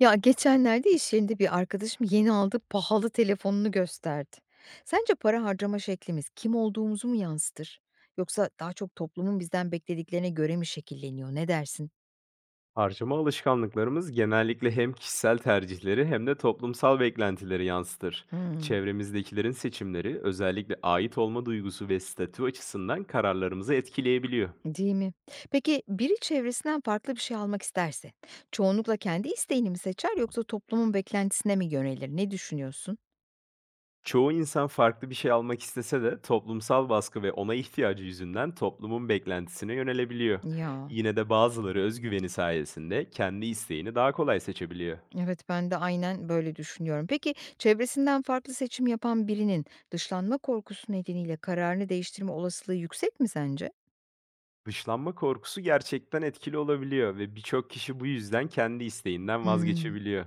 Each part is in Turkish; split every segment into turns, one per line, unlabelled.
Ya geçenlerde iş yerinde bir arkadaşım yeni aldığı pahalı telefonunu gösterdi. Sence para harcama şeklimiz kim olduğumuzu mu yansıtır? Yoksa daha çok toplumun bizden beklediklerine göre mi şekilleniyor? Ne dersin?
Harcama alışkanlıklarımız genellikle hem kişisel tercihleri hem de toplumsal beklentileri yansıtır.
Hmm,
Çevremizdekilerin seçimleri özellikle ait olma duygusu ve statü açısından kararlarımızı etkileyebiliyor.
değil mi? Peki biri çevresinden farklı bir şey almak isterse, çoğunlukla kendi isteğini mi seçer yoksa toplumun beklentisine mi yönelir? Ne düşünüyorsun?
Çoğu insan farklı bir şey almak istese de toplumsal baskı ve ona ihtiyacı yüzünden toplumun beklentisine yönelebiliyor.
Ya.
Yine de bazıları özgüveni sayesinde kendi isteğini daha kolay seçebiliyor.
Evet, ben de aynen böyle düşünüyorum. Peki çevresinden farklı seçim yapan birinin dışlanma korkusu nedeniyle kararını değiştirme olasılığı yüksek mi sence?
Dışlanma korkusu gerçekten etkili olabiliyor ve birçok kişi bu yüzden kendi isteğinden
Hımm.
vazgeçebiliyor.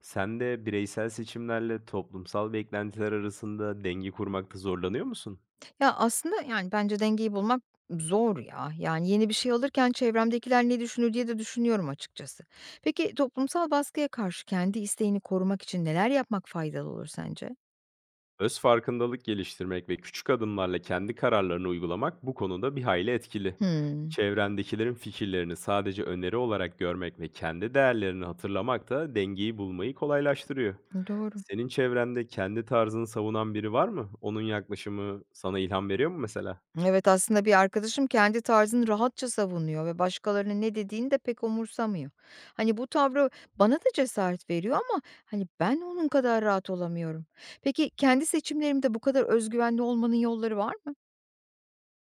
Sen de bireysel seçimlerle toplumsal beklentiler arasında denge kurmakta zorlanıyor musun?
Ya, aslında, yani, bence dengeyi bulmak zor ya. Yani, yeni bir şey alırken çevremdekiler ne düşünür diye de düşünüyorum açıkçası. Peki toplumsal baskıya karşı kendi isteğini korumak için neler yapmak faydalı olur sence?
Öz farkındalık geliştirmek ve küçük adımlarla kendi kararlarını uygulamak bu konuda bir hayli etkili.
Hımm.
Çevrendekilerin fikirlerini sadece öneri olarak görmek ve kendi değerlerini hatırlamak da dengeyi bulmayı kolaylaştırıyor.
Doğru.
Senin çevrende kendi tarzını savunan biri var mı? Onun yaklaşımı sana ilham veriyor mu mesela?
Evet, aslında bir arkadaşım kendi tarzını rahatça savunuyor ve başkalarının ne dediğini de pek umursamıyor. Hani bu tavrı bana da cesaret veriyor ama hani ben onun kadar rahat olamıyorum. Peki kendi seçimlerimde bu kadar özgüvenli olmanın yolları var mı?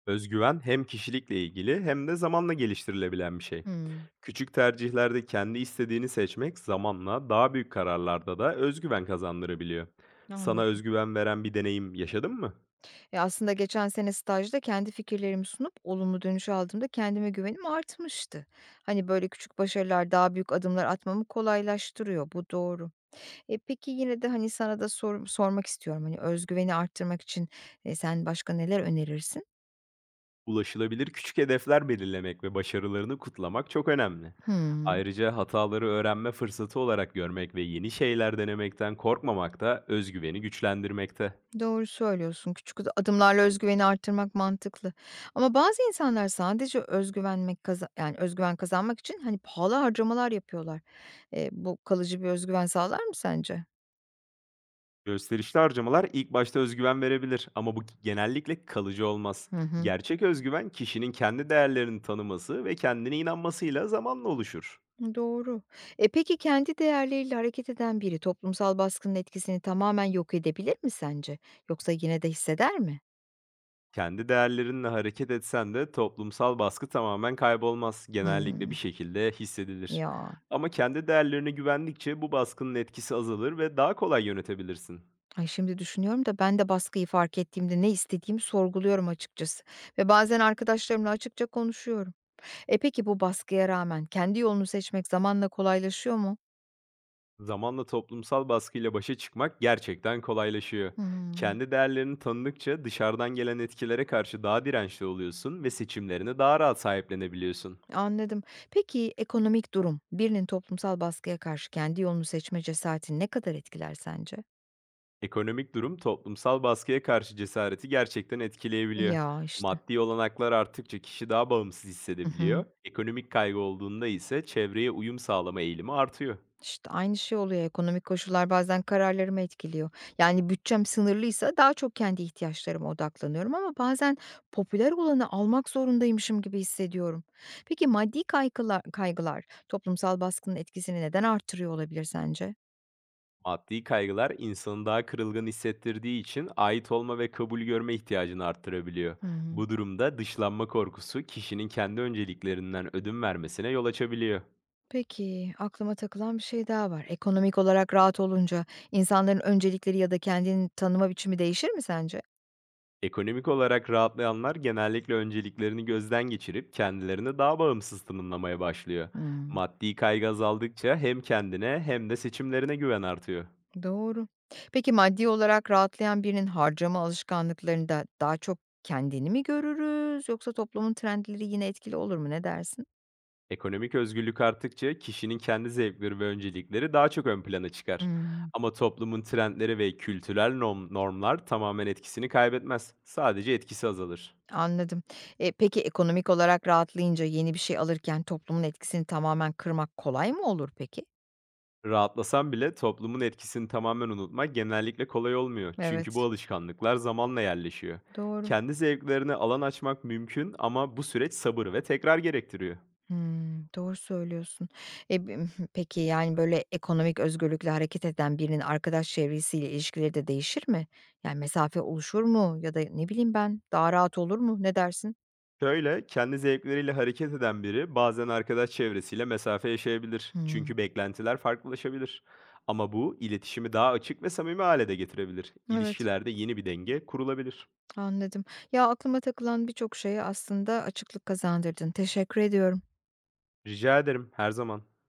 Özgüven hem kişilikle ilgili hem de zamanla geliştirilebilen bir şey.
Hmm,
Küçük tercihlerde kendi istediğini seçmek zamanla daha büyük kararlarda da özgüven kazandırabiliyor. Sana
anladım.
özgüven veren bir deneyim yaşadın mı?
E aslında geçen sene stajda kendi fikirlerimi sunup olumlu dönüş aldığımda kendime güvenim artmıştı. Hani böyle küçük başarılar daha büyük adımlar atmamı kolaylaştırıyor. Bu doğru. E, peki yine de, hani, sana da sormak istiyorum, hani, özgüveni arttırmak için, sen başka neler önerirsin?
Ulaşılabilir küçük hedefler belirlemek ve başarılarını kutlamak çok önemli.
Hımm,
Ayrıca hataları öğrenme fırsatı olarak görmek ve yeni şeyler denemekten korkmamak da özgüveni güçlendirmekte.
doğru söylüyorsun. Küçük adımlarla özgüveni arttırmak mantıklı. Ama bazı insanlar sadece özgüvenmek kaza yani, özgüven kazanmak için, hani, pahalı harcamalar yapıyorlar. Bu kalıcı bir özgüven sağlar mı sence?
Gösterişli harcamalar ilk başta özgüven verebilir ama bu genellikle kalıcı olmaz.
Hı hı.
Gerçek özgüven kişinin kendi değerlerini tanıması ve kendine inanmasıyla zamanla oluşur.
Doğru. E, peki kendi değerleriyle hareket eden biri toplumsal baskının etkisini tamamen yok edebilir mi sence? Yoksa yine de hisseder mi?
Kendi değerlerinle hareket etsen de toplumsal baskı tamamen kaybolmaz. Genellikle bir
Hımm.
şekilde hissedilir.
Ya.
Ama kendi değerlerine güvendikçe bu baskının etkisi azalır ve daha kolay yönetebilirsin.
Ay, şimdi düşünüyorum da ben de baskıyı fark ettiğimde ne istediğimi sorguluyorum açıkçası ve bazen arkadaşlarımla açıkça konuşuyorum. E, peki bu baskıya rağmen kendi yolunu seçmek zamanla kolaylaşıyor mu?
Zamanla toplumsal baskıyla başa çıkmak gerçekten kolaylaşıyor.
Hımm,
Kendi değerlerini tanıdıkça dışarıdan gelen etkilere karşı daha dirençli oluyorsun ve seçimlerini daha rahat sahiplenebiliyorsun.
anladım. Peki ekonomik durum birinin toplumsal baskıya karşı kendi yolunu seçme cesaretini ne kadar etkiler sence?
Ekonomik durum toplumsal baskıya karşı cesareti gerçekten etkileyebiliyor.
Ya, işte.
Maddi olanaklar arttıkça kişi daha bağımsız
Hı hı.
hissedebiliyor. Ekonomik kaygı olduğunda ise çevreye uyum sağlama eğilimi artıyor.
İşte, aynı şey oluyor. Ekonomik koşullar bazen kararlarımı etkiliyor. Yani bütçem sınırlıysa daha çok kendi ihtiyaçlarıma odaklanıyorum ama bazen popüler olanı almak zorundaymışım gibi hissediyorum. Peki maddi kaygılar toplumsal baskının etkisini neden artırıyor olabilir sence?
Maddi kaygılar insanı daha kırılgan hissettirdiği için ait olma ve kabul görme ihtiyacını arttırabiliyor.
Hmm.
Bu durumda dışlanma korkusu kişinin kendi önceliklerinden ödün vermesine yol açabiliyor.
Peki aklıma takılan bir şey daha var. Ekonomik olarak rahat olunca insanların öncelikleri ya da kendini tanıma biçimi değişir mi sence?
Ekonomik olarak rahatlayanlar genellikle önceliklerini gözden geçirip kendilerini daha bağımsız tanımlamaya başlıyor.
Hmm.
Maddi kaygı azaldıkça hem kendine hem de seçimlerine güven artıyor.
Doğru. Peki maddi olarak rahatlayan birinin harcama alışkanlıklarında daha çok kendini mi görürüz yoksa toplumun trendleri yine etkili olur mu? Ne dersin?
Ekonomik özgürlük arttıkça kişinin kendi zevkleri ve öncelikleri daha çok ön plana çıkar.
Hımm,
Ama toplumun trendleri ve kültürel normlar tamamen etkisini kaybetmez. Sadece etkisi azalır.
anladım. E, peki ekonomik olarak rahatlayınca yeni bir şey alırken toplumun etkisini tamamen kırmak kolay mı olur peki?
Rahatlasan bile toplumun etkisini tamamen unutmak genellikle kolay olmuyor. Çünkü bu
Evet,
alışkanlıklar zamanla yerleşiyor.
doğru.
Kendi zevklerine alan açmak mümkün ama bu süreç sabır ve tekrar gerektiriyor.
Hımm, doğru söylüyorsun. E, peki, yani, böyle, ekonomik özgürlükle hareket eden birinin arkadaş çevresiyle ilişkileri de değişir mi? Yani, mesafe oluşur mu ya da ne bileyim ben, daha rahat olur mu? Ne dersin?
Şöyle, kendi zevkleriyle hareket eden biri bazen arkadaş çevresiyle mesafe yaşayabilir.
Hımm.
Çünkü beklentiler farklılaşabilir. Ama bu iletişimi daha açık ve samimi hale de getirebilir.
Evet,
İlişkilerde yeni bir denge kurulabilir.
anladım. Ya, aklıma takılan birçok şeyi aslında açıklık kazandırdın. Teşekkür ediyorum.
Rica ederim, her zaman.